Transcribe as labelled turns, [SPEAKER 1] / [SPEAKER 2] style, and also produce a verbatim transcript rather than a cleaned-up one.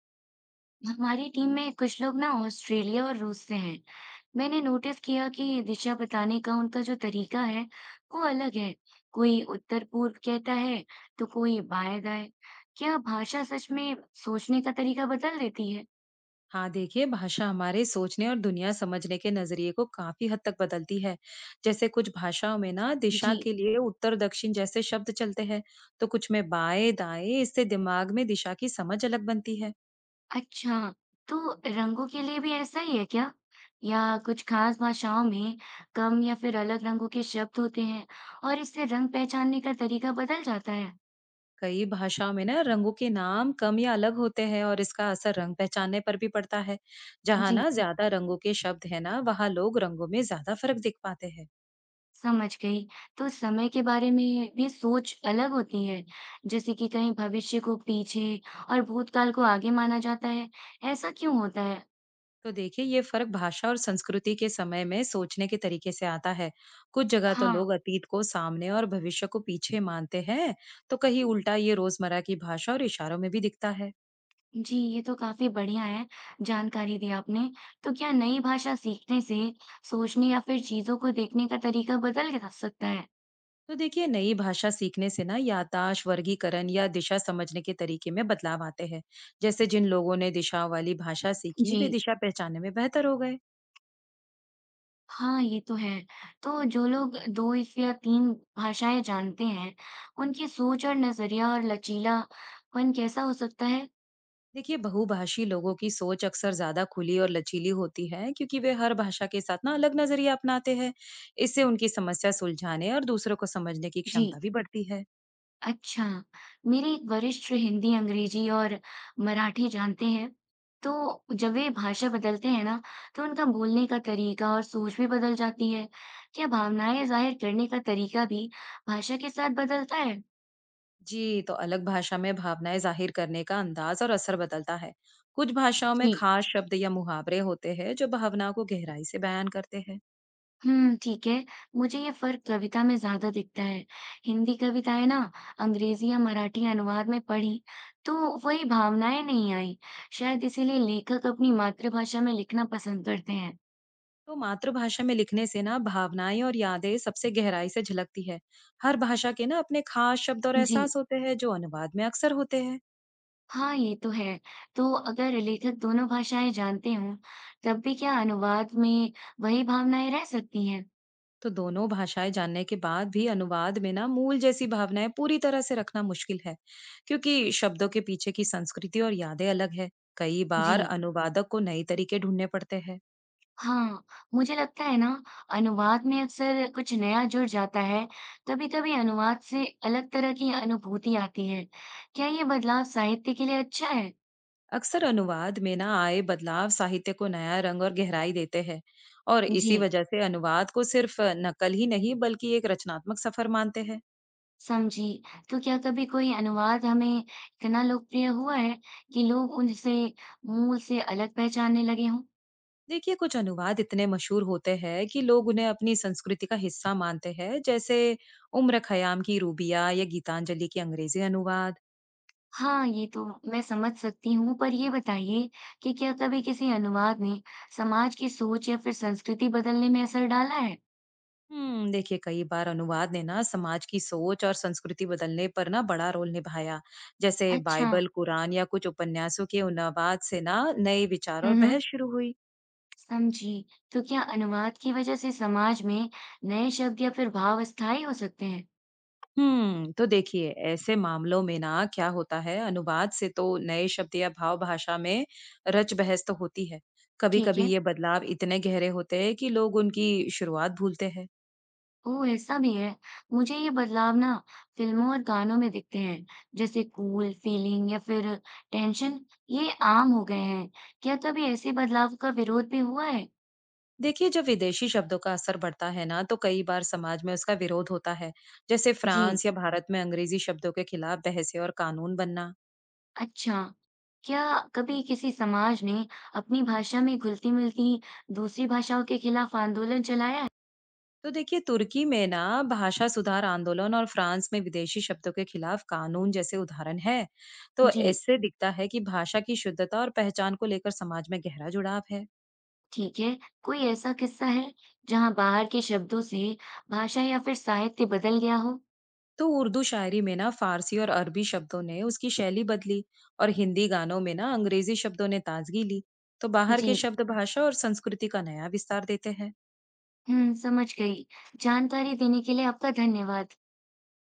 [SPEAKER 1] हमारी टीम में कुछ लोग ना ऑस्ट्रेलिया और रूस से हैं। मैंने नोटिस किया कि दिशा बताने का उनका जो तरीका है वो अलग है। कोई उत्तर पूर्व कहता है तो कोई बाएं दाएं। क्या भाषा सच में सोचने का तरीका बदल देती है?
[SPEAKER 2] हाँ देखिए, भाषा हमारे सोचने और दुनिया समझने के नजरिए को काफी हद तक बदलती है। जैसे कुछ भाषाओं में ना दिशा
[SPEAKER 1] जी।
[SPEAKER 2] के लिए उत्तर दक्षिण जैसे शब्द चलते हैं, तो कुछ में बाएं दाएं। इससे दिमाग में दिशा की समझ अलग बनती है।
[SPEAKER 1] अच्छा, तो रंगों के लिए भी ऐसा ही है क्या? या कुछ खास भाषाओं में कम या फिर अलग रंगों के शब्द होते हैं और इससे रंग पहचानने का तरीका बदल जाता है?
[SPEAKER 2] कई भाषाओं में ना रंगों के नाम कम या अलग होते हैं, और इसका असर रंग पहचानने पर भी पड़ता है। जहाँ
[SPEAKER 1] जी।
[SPEAKER 2] ना ज्यादा रंगों के शब्द है ना, वहाँ लोग रंगों में ज्यादा फर्क देख पाते हैं।
[SPEAKER 1] समझ गई। तो समय के बारे में भी सोच अलग होती है, जैसे कि कहीं भविष्य को पीछे और भूतकाल को आगे माना जाता है, ऐसा क्यों होता है?
[SPEAKER 2] तो देखिए, ये फर्क भाषा और संस्कृति के समय में सोचने के तरीके से आता है। कुछ जगह तो
[SPEAKER 1] हाँ।
[SPEAKER 2] लोग अतीत को सामने और भविष्य को पीछे मानते हैं, तो कहीं उल्टा। ये रोजमर्रा की भाषा और इशारों में भी दिखता है।
[SPEAKER 1] जी, ये तो काफ़ी बढ़िया है, जानकारी दी आपने। तो क्या नई भाषा सीखने से सोचने या फिर चीज़ों को देखने का तरीका बदल जा सकता है?
[SPEAKER 2] तो देखिए, नई भाषा सीखने से ना याददाश्त, वर्गीकरण या दिशा समझने के तरीके में बदलाव आते हैं। जैसे जिन लोगों ने दिशा वाली भाषा सीखी,
[SPEAKER 1] जी,
[SPEAKER 2] वे दिशा पहचानने में बेहतर हो गए।
[SPEAKER 1] हाँ, ये तो है। तो जो लोग दो इस या तीन भाषाएं जानते हैं, उनकी सोच और नज़रिया और लचीलापन कैसा हो सकता है?
[SPEAKER 2] देखिए, बहुभाषी लोगों की सोच अक्सर ज्यादा खुली और लचीली होती है, क्योंकि वे हर भाषा के साथ ना अलग नजरिया अपनाते हैं। इससे उनकी समस्या सुलझाने और दूसरों को समझने की क्षमता
[SPEAKER 1] जी।
[SPEAKER 2] भी बढ़ती है।
[SPEAKER 1] अच्छा, मेरे एक वरिष्ठ हिंदी, अंग्रेजी और मराठी जानते हैं, तो जब वे भाषा बदलते हैं ना, तो उनका बोलने का तरीका और सोच भी बदल जाती है। क्या भावनाएं जाहिर करने का तरीका भी भाषा के साथ बदलता है?
[SPEAKER 2] जी, तो अलग भाषा में भावनाएं जाहिर करने का अंदाज और असर बदलता है। कुछ भाषाओं में
[SPEAKER 1] जी।
[SPEAKER 2] खास शब्द या मुहावरे होते हैं, जो भावनाओं को गहराई से बयान करते हैं।
[SPEAKER 1] हम्म, ठीक है। मुझे ये फर्क कविता में ज्यादा दिखता है। हिंदी कविताएं ना अंग्रेजी या मराठी अनुवाद में पढ़ी, तो वही भावनाएं नहीं आई। शायद इसीलिए लेखक अपनी मातृभाषा में लिखना पसंद करते हैं।
[SPEAKER 2] तो मातृभाषा में लिखने से ना भावनाएं और यादें सबसे गहराई से झलकती है। हर भाषा के ना अपने खास शब्द और
[SPEAKER 1] जी।
[SPEAKER 2] एहसास होते हैं, जो अनुवाद में अक्सर होते हैं।
[SPEAKER 1] हाँ, ये तो है। तो अगर लेखक दोनों भाषाएँ जानते हों, तब भी क्या अनुवाद में वही भावनाएँ रह सकती हैं?
[SPEAKER 2] तो दोनों भाषाएं जानने के बाद भी अनुवाद में ना मूल जैसी भावनाएं पूरी तरह से रखना मुश्किल है, क्योंकि शब्दों के पीछे की संस्कृति और यादें अलग है। कई
[SPEAKER 1] जी।
[SPEAKER 2] बार अनुवादक को नए तरीके ढूंढने पड़ते हैं।
[SPEAKER 1] हाँ, मुझे लगता है ना, अनुवाद में अक्सर कुछ नया जुड़ जाता है। कभी-कभी अनुवाद से अलग तरह की अनुभूति आती है। क्या ये बदलाव साहित्य के लिए अच्छा है?
[SPEAKER 2] अक्सर अनुवाद में ना आए बदलाव साहित्य को नया रंग और गहराई देते हैं, और इसी
[SPEAKER 1] जी,
[SPEAKER 2] वजह से अनुवाद को सिर्फ नकल ही नहीं बल्कि एक रचनात्मक सफर मानते हैं।
[SPEAKER 1] समझी। तो क्या कभी कोई अनुवाद हमें इतना लोकप्रिय हुआ है कि लोग उनसे मूल से अलग पहचानने लगे हों?
[SPEAKER 2] देखिए, कुछ अनुवाद इतने मशहूर होते हैं कि लोग उन्हें अपनी संस्कृति का हिस्सा मानते हैं, जैसे उम्र खयाम की रूबिया या गीतांजलि की अंग्रेजी अनुवाद।
[SPEAKER 1] हाँ, ये तो मैं समझ सकती हूँ, पर ये बताइए कि क्या कभी किसी अनुवाद ने समाज की सोच या फिर संस्कृति बदलने में असर डाला है?
[SPEAKER 2] हम्म, देखिए, कई बार अनुवाद ने ना समाज की सोच और संस्कृति बदलने पर ना बड़ा रोल निभाया। जैसे
[SPEAKER 1] अच्छा,
[SPEAKER 2] बाइबल, कुरान या कुछ उपन्यासों के अनुवाद से ना नए विचार
[SPEAKER 1] हुँ,
[SPEAKER 2] और
[SPEAKER 1] हुँ,
[SPEAKER 2] बहस शुरू हुई।
[SPEAKER 1] समझी। तो क्या अनुवाद की वजह से समाज में नए शब्द या फिर भाव स्थायी हो सकते हैं?
[SPEAKER 2] हम्म, तो देखिए, ऐसे मामलों में ना क्या होता है, अनुवाद से तो नए शब्द या भाव भाषा में रच बहस तो होती है। कभी
[SPEAKER 1] ठीक
[SPEAKER 2] कभी
[SPEAKER 1] है।
[SPEAKER 2] ये बदलाव इतने गहरे होते हैं कि लोग उनकी शुरुआत भूलते हैं।
[SPEAKER 1] ओह, ऐसा भी है। मुझे ये बदलाव ना फिल्मों और गानों में दिखते हैं, जैसे कूल, फीलिंग या फिर टेंशन, ये आम हो गए हैं। क्या कभी ऐसे बदलाव का विरोध भी हुआ है?
[SPEAKER 2] देखिए, जब विदेशी शब्दों का असर बढ़ता है ना, तो कई बार समाज में उसका विरोध होता है। जैसे
[SPEAKER 1] जी।
[SPEAKER 2] फ्रांस या भारत में अंग्रेजी शब्दों के खिलाफ बहसें और कानून बनना।
[SPEAKER 1] अच्छा, क्या कभी किसी समाज ने अपनी भाषा में घुलती-मिलती दूसरी भाषाओं के खिलाफ आंदोलन चलाया है?
[SPEAKER 2] तो देखिए, तुर्की में ना भाषा सुधार आंदोलन और फ्रांस में विदेशी शब्दों के खिलाफ कानून जैसे उदाहरण है। तो
[SPEAKER 1] जी,
[SPEAKER 2] इससे दिखता है कि भाषा की शुद्धता और पहचान को लेकर समाज में गहरा जुड़ाव है।
[SPEAKER 1] ठीक है। कोई ऐसा किस्सा है जहां बाहर के शब्दों से भाषा या फिर साहित्य बदल गया हो?
[SPEAKER 2] तो उर्दू शायरी में ना फारसी और अरबी शब्दों ने उसकी शैली बदली, और हिंदी गानों में ना अंग्रेजी शब्दों ने ताजगी ली। तो बाहर के
[SPEAKER 1] जी,
[SPEAKER 2] शब्द भाषा और संस्कृति का नया विस्तार देते हैं।
[SPEAKER 1] हम्म, समझ गई। जानकारी देने के लिए आपका धन्यवाद।